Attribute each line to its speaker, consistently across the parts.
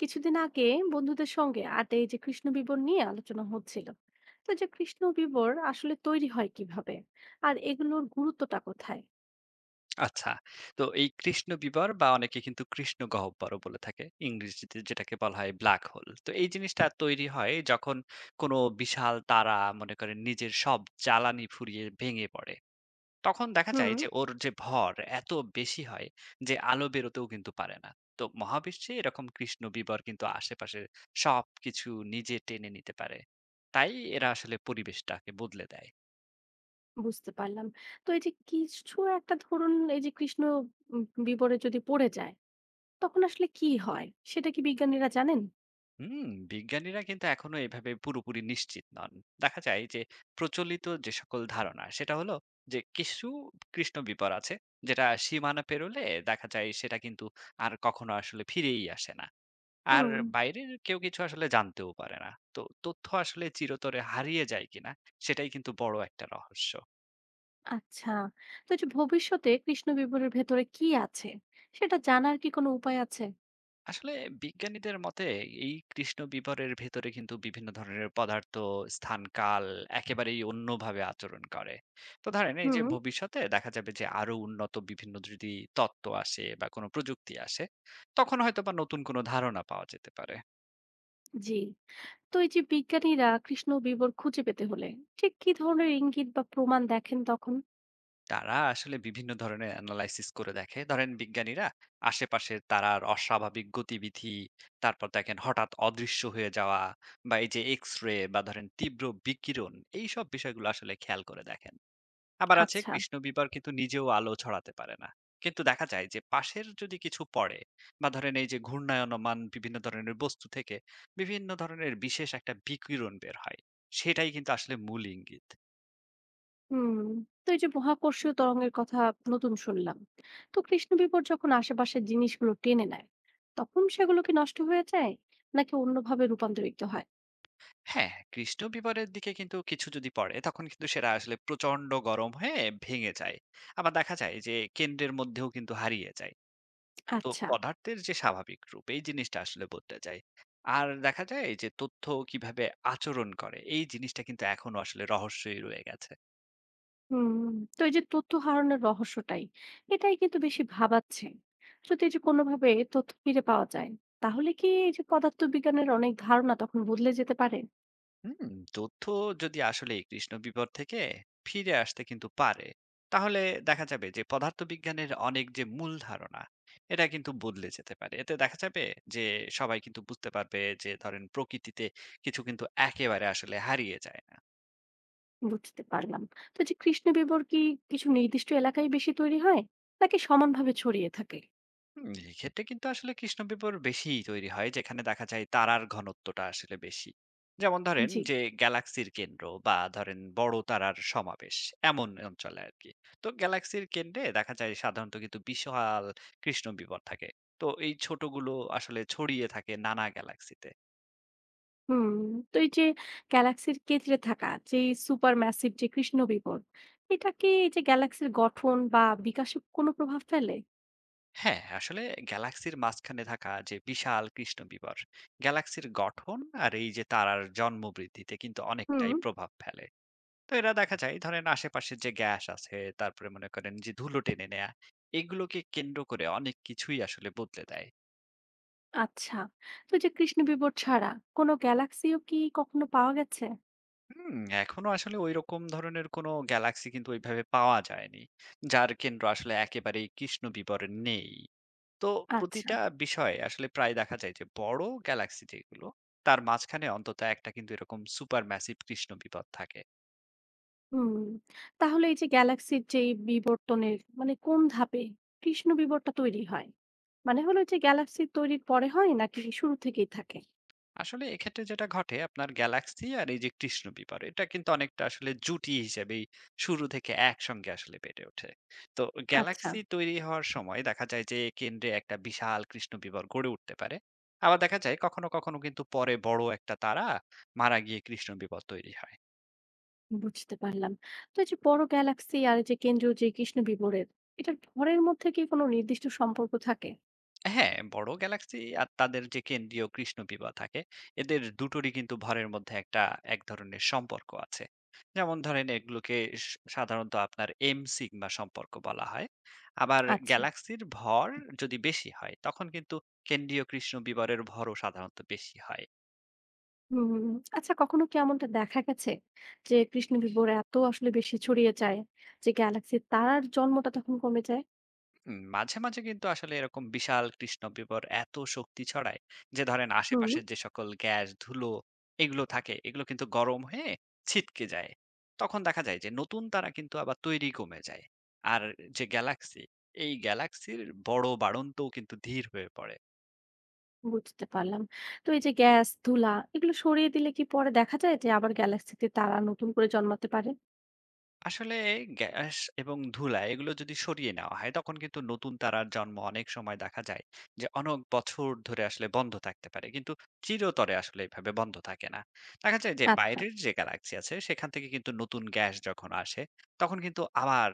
Speaker 1: কিছুদিন আগে বন্ধুদের সঙ্গে আড্ডায় এই যে কৃষ্ণ বিবর নিয়ে আলোচনা হচ্ছিল। তো এই যে কৃষ্ণ বিবর আসলে তৈরি হয় কিভাবে, আর এগুলোর গুরুত্বটা কোথায়?
Speaker 2: আচ্ছা। তো এই কৃষ্ণ বিবর বা অনেকে কিন্তু কৃষ্ণ গহ্বরও বলে থাকে। ইংরেজিতে যেটাকে বলা হয় ব্ল্যাক হোল। তো এই জিনিসটা তৈরি হয় যখন কোনো বিশাল তারা মনে করেন নিজের সব জ্বালানি ফুরিয়ে ভেঙে পড়ে। তখন দেখা যায়
Speaker 1: হুম,
Speaker 2: যে ওর যে ভর এত বেশি হয় যে আলো বেরোতেও কিন্তু পারে না। তো মহাবিশ্বে এরকম কৃষ্ণ বিবর কিন্তু আশেপাশের সবকিছু নিজে টেনে নিতে পারে। তাই এরা আসলে পরিবেশটাকে বদলে দেয়।
Speaker 1: বুঝতে পারলাম। তো এই যে কিছু একটা ধরুন, এই যে কৃষ্ণ বিবরে যদি পড়ে যায়, তখন আসলে কি হয়? সেটা কি বিজ্ঞানীরা জানেন?
Speaker 2: হুম, বিজ্ঞানীরা কিন্তু এখনো এভাবে পুরোপুরি নিশ্চিত নন। দেখা যায় যে প্রচলিত যে সকল ধারণা, সেটা হলো যে কিছু কৃষ্ণ বিপদ আছে, যেটা সীমানা পেরোলে দেখা যায় সেটা কিন্তু আর কখনো আসলে ফিরেই আসে না। আর
Speaker 1: হুম।
Speaker 2: বাইরের কেউ কিছু আসলে জানতেও পারে না। তো তথ্য আসলে চিরতরে হারিয়ে যায় কিনা, সেটাই কিন্তু বড় একটা রহস্য।
Speaker 1: আচ্ছা, তো এই যে ভবিষ্যতে কৃষ্ণ বিবরের ভেতরে কি আছে সেটা জানার কি কোনো উপায় আছে?
Speaker 2: আসলে বিজ্ঞানীদের মতে এই কৃষ্ণ বিবরের ভেতরে কিন্তু বিভিন্ন ধরনের পদার্থ, স্থান কাল একেবারেই অন্যভাবে আচরণ করে। তো ধরেন এই যে
Speaker 1: হুম।
Speaker 2: ভবিষ্যতে দেখা যাবে যে আরো উন্নত বিভিন্ন যদি তত্ত্ব আসে বা কোনো প্রযুক্তি আসে, তখন হয়তো বা নতুন কোনো ধারণা পাওয়া যেতে পারে।
Speaker 1: জি। তো এই যে বিজ্ঞানীরা কৃষ্ণ বিবর খুঁজে পেতে হলে ঠিক কি ধরনের ইঙ্গিত বা প্রমাণ দেখেন তখন?
Speaker 2: তারা আসলে বিভিন্ন ধরনের অ্যানালাইসিস করে দেখে, ধরেন বিজ্ঞানীরা আশেপাশের তারার অস্বাভাবিক গতিবিধি, তারপর দেখেন হঠাৎ অদৃশ্য হয়ে যাওয়া, বা এই যে এক্স রে বা ধরেন তীব্র বিকিরণ, এই সব বিষয়গুলো আসলে খেয়াল করে দেখেন। আবার আছে,
Speaker 1: আচ্ছা।
Speaker 2: কৃষ্ণ বিবর কিন্তু নিজেও আলো ছড়াতে পারে না, কিন্তু দেখা যায় যে পাশের যদি কিছু পড়ে বা ধরেন এই যে ঘূর্ণায়মান বিভিন্ন ধরনের বস্তু থেকে বিভিন্ন ধরনের বিশেষ একটা বিকিরণ বের হয়, সেটাই কিন্তু আসলে মূল ইঙ্গিত।
Speaker 1: হুম। তো এই যে মহাকর্ষীয় তরঙ্গের কথা নতুন শুনলাম। তো কৃষ্ণ বিপদ যখন আশেপাশের জিনিসগুলো টেনে নেয়, তখন সেগুলো কি নষ্ট হয়ে যায়, নাকি অন্যভাবে রূপান্তরিত হয়?
Speaker 2: হ্যাঁ, কৃষ্ণ বিবরের দিকে কিন্তু কিছু যদি পড়ে তখন কিন্তু সেটা আসলে প্রচন্ড গরম হয়ে ভেঙে যায়। আবার দেখা যায় যে কেন্দ্রের মধ্যেও কিন্তু হারিয়ে যায়। তো
Speaker 1: আচ্ছা।
Speaker 2: পদার্থের যে স্বাভাবিক রূপ, এই জিনিসটা আসলে বদলে যায়। আর দেখা যায় যে তথ্য কিভাবে আচরণ করে, এই জিনিসটা কিন্তু এখনো আসলে রহস্যই রয়ে গেছে।
Speaker 1: হুম। তো এই যে তথ্য হারানোর রহস্যটাই, এটাই কিন্তু বেশি ভাবাচ্ছে। যদি এই যে কোনোভাবে তথ্য ফিরে পাওয়া যায়, তাহলে কি এই যে পদার্থবিজ্ঞানের অনেক ধারণা তখন বদলে যেতে পারে?
Speaker 2: হুম, তথ্য যদি আসলে এই কৃষ্ণ বিপদ থেকে ফিরে আসতে কিন্তু পারে, তাহলে দেখা যাবে যে পদার্থবিজ্ঞানের অনেক যে মূল ধারণা, এটা কিন্তু বদলে যেতে পারে। এতে দেখা যাবে যে সবাই কিন্তু বুঝতে পারবে যে ধরেন প্রকৃতিতে কিছু কিন্তু একেবারে আসলে হারিয়ে যায় না।
Speaker 1: বুঝতে পারলাম। তো যে কৃষ্ণ বিবর কি কিছু নির্দিষ্ট এলাকায় বেশি তৈরি হয়? নাকি সমানভাবে ছড়িয়ে থাকে?
Speaker 2: হুম, এক্ষেত্রে কিন্তু আসলে কৃষ্ণপিপুর বেশিই তৈরি হয় যেখানে দেখা যায় তারার ঘনত্বটা আসলে বেশি। যেমন ধরেন
Speaker 1: জি।
Speaker 2: যে গ্যালাক্সির কেন্দ্র বা ধরেন বড় তারার সমাবেশ, এমন অঞ্চলে আর কি। তো গ্যালাক্সির কেন্দ্রে দেখা যায় সাধারণত কিন্তু বিশাল কৃষ্ণপিপর থাকে। তো এই ছোটগুলো আসলে ছড়িয়ে থাকে নানা গ্যালাক্সিতে।
Speaker 1: হুম, তো এই যে গ্যালাক্সির কেন্দ্রে থাকা যে সুপার ম্যাসিভ যে কৃষ্ণ বিবর, এটা কি এই যে গ্যালাক্সির গঠন বা বিকাশে কোনো প্রভাব ফেলে?
Speaker 2: হ্যাঁ, আসলে গ্যালাক্সির মাঝখানে থাকা যে বিশাল কৃষ্ণপিপর, গ্যালাক্সির গঠন আর এই যে তারার জন্ম বৃদ্ধিতে কিন্তু
Speaker 1: হুম।
Speaker 2: অনেকটাই প্রভাব ফেলে। তো এরা দেখা যায় ধরেন আশেপাশের যে গ্যাস আছে, তারপরে মনে করেন যে ধুলো টেনে নেয়া, এগুলোকে কেন্দ্র করে অনেক কিছুই আসলে বদলে দেয়।
Speaker 1: আচ্ছা, তো এই যে কৃষ্ণ বিবর ছাড়া কোনো গ্যালাক্সিও কি কখনো পাওয়া গেছে?
Speaker 2: হুম, এখনো আসলে ওই রকম ধরনের কোনো গ্যালাক্সি কিন্তু ওইভাবে পাওয়া যায়নি যার কেন্দ্র আসলে একেবারেই কৃষ্ণ বিবরণ নেই। তো
Speaker 1: আচ্ছা।
Speaker 2: প্রতিটা বিষয়ে আসলে প্রায় দেখা যায় যে বড় গ্যালাক্সি যেগুলো, তার মাঝখানে অন্তত একটা কিন্তু এরকম সুপার ম্যাসিভ কৃষ্ণ বিপদ থাকে।
Speaker 1: হুম, তাহলে এই যে গ্যালাক্সির যে এই বিবর্তনের মানে কোন ধাপে কৃষ্ণ বিবরটা তৈরি হয়? মানে হলো যে গ্যালাক্সি তৈরির পরে হয় নাকি শুরু থেকেই থাকে?
Speaker 2: আসলে এক্ষেত্রে যেটা ঘটে, আপনার গ্যালাক্সি আর এই যে কৃষ্ণ বিবর, এটা কিন্তু অনেকটা আসলে জুটি হিসেবেই শুরু থেকে একসঙ্গে আসলে বেড়ে ওঠে। তো
Speaker 1: আচ্ছা,
Speaker 2: গ্যালাক্সি তৈরি হওয়ার সময় দেখা যায় যে কেন্দ্রে একটা বিশাল কৃষ্ণ বিবর গড়ে উঠতে পারে। আবার দেখা যায় কখনো কখনো কিন্তু পরে বড় একটা তারা মারা গিয়ে কৃষ্ণ বিবর তৈরি হয়।
Speaker 1: বুঝতে পারলাম। তো এই যে বড় গ্যালাক্সি আর এই যে কেন্দ্রীয় যে কৃষ্ণ বিবরের, এটার ভরের মধ্যে কি কোনো নির্দিষ্ট সম্পর্ক থাকে?
Speaker 2: হ্যাঁ, বড় গ্যালাক্সি আর তাদের যে কেন্দ্রীয় কৃষ্ণপিপা থাকে, এদের দুটোরই কিন্তু ভরের মধ্যে একটা এক ধরনের সম্পর্ক আছে। যেমন ধরেন এগুলোকে স সাধারণত আপনার M সিগমা সম্পর্ক বলা হয়। আবার
Speaker 1: আচ্ছা।
Speaker 2: গ্যালাক্সির ভর যদি বেশি হয়, তখন কিন্তু কেন্দ্রীয় কৃষ্ণবিবরের ভরও সাধারণত বেশি হয়।
Speaker 1: হুম। আচ্ছা, কখনো কি এমনটা দেখা গেছে যে কৃষ্ণ বিবর এত আসলে বেশি ছড়িয়ে যায় যে গ্যালাক্সির তারার জন্মটা তখন কমে যায়?
Speaker 2: মাঝে মাঝে কিন্তু আসলে এরকম বিশাল কৃষ্ণ বিবর এত শক্তি ছড়ায় যে ধরেন
Speaker 1: হুম,
Speaker 2: আশেপাশের যে সকল গ্যাস ধুলো এগুলো থাকে, এগুলো কিন্তু গরম হয়ে ছিটকে যায়। তখন দেখা যায় যে নতুন তারা কিন্তু আবার তৈরি কমে যায়। আর যে গ্যালাক্সি, এই গ্যালাক্সির বড় বাড়ন্তও কিন্তু ধীর হয়ে পড়ে।
Speaker 1: বুঝতে পারলাম। তো এই যে গ্যাস, ধুলা এগুলো সরিয়ে দিলে কি পরে দেখা যায় যে আবার গ্যালাক্সিতে তারা নতুন করে জন্মাতে পারে?
Speaker 2: আসলে গ্যাস এবং ধুলা এগুলো যদি সরিয়ে নেওয়া হয় তখন কিন্তু নতুন তারার জন্ম অনেক সময় দেখা যায় যে অনেক বছর ধরে আসলে বন্ধ থাকতে পারে, কিন্তু চিরতরে আসলে এভাবে বন্ধ থাকে না। দেখা যায় যে
Speaker 1: আচ্ছা।
Speaker 2: বাইরের যে গ্যালাক্সি আছে, সেখান থেকে কিন্তু নতুন গ্যাস যখন আসে তখন কিন্তু আবার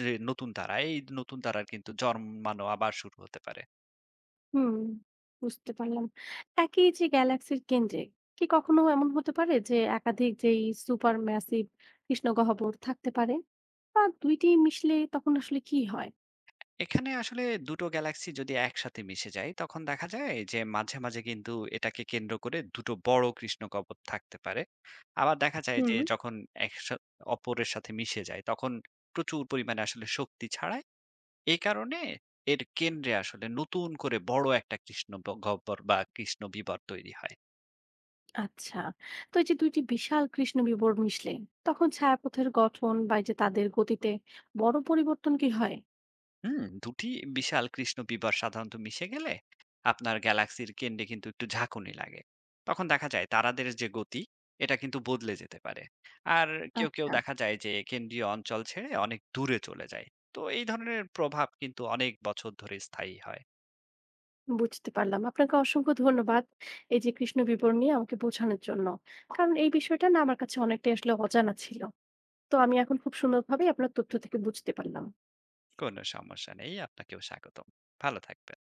Speaker 2: যে নতুন তারা, এই নতুন তারার কিন্তু জন্মানো আবার শুরু হতে পারে।
Speaker 1: হুম, বুঝতে পারলাম। একই যে গ্যালাক্সির কেন্দ্রে কি কখনো এমন হতে পারে যে একাধিক যেই সুপার ম্যাসিভ কৃষ্ণ গহ্বর থাকতে পারে? বা ২ টি মিশলে তখন আসলে কি হয়?
Speaker 2: এখানে আসলে দুটো গ্যালাক্সি যদি একসাথে মিশে যায় তখন দেখা যায় যে মাঝে মাঝে কিন্তু এটাকে কেন্দ্র করে দুটো বড় কৃষ্ণগহ্বর থাকতে পারে। আবার দেখা যায়
Speaker 1: হুম।
Speaker 2: যে যখন একসাথে অপরের সাথে মিশে যায় তখন প্রচুর পরিমাণে আসলে শক্তি ছাড়ায়। এই কারণে এর কেন্দ্রে আসলে নতুন করে বড় একটা কৃষ্ণ গহ্বর বা কৃষ্ণ বিবর তৈরি হয়।
Speaker 1: আচ্ছা, তো এই যে ২ টি বিশাল কৃষ্ণ বিবর মিশলে তখন ছায়াপথের গঠন বা এই যে তাদের গতিতে বড় পরিবর্তন কি হয়?
Speaker 2: হুম, ২ টি বিশাল কৃষ্ণ বিবার সাধারণত মিশে গেলে আপনার গ্যালাক্সির কেন্দ্রে কিন্তু একটু ঝাঁকুনি লাগে। তখন দেখা যায় তারাদের যে গতি, এটা কিন্তু বদলে যেতে পারে। আর কেউ
Speaker 1: আচ্ছা,
Speaker 2: দেখা যায় যে কেন্দ্রীয় অঞ্চল ছেড়ে অনেক দূরে চলে যায়। তো এই ধরনের প্রভাব কিন্তু অনেক বছর ধরে স্থায়ী হয়।
Speaker 1: বুঝতে পারলাম। আপনাকে অসংখ্য ধন্যবাদ, এই যে কৃষ্ণ বিবরণ নিয়ে আমাকে বোঝানোর জন্য। কারণ এই বিষয়টা না আমার কাছে অনেকটাই আসলে অজানা ছিল। তো আমি এখন খুব সুন্দরভাবেই আপনার তথ্য থেকে বুঝতে পারলাম।
Speaker 2: কোনো সমস্যা নেই। আপনাকেও স্বাগতম। ভালো থাকবেন।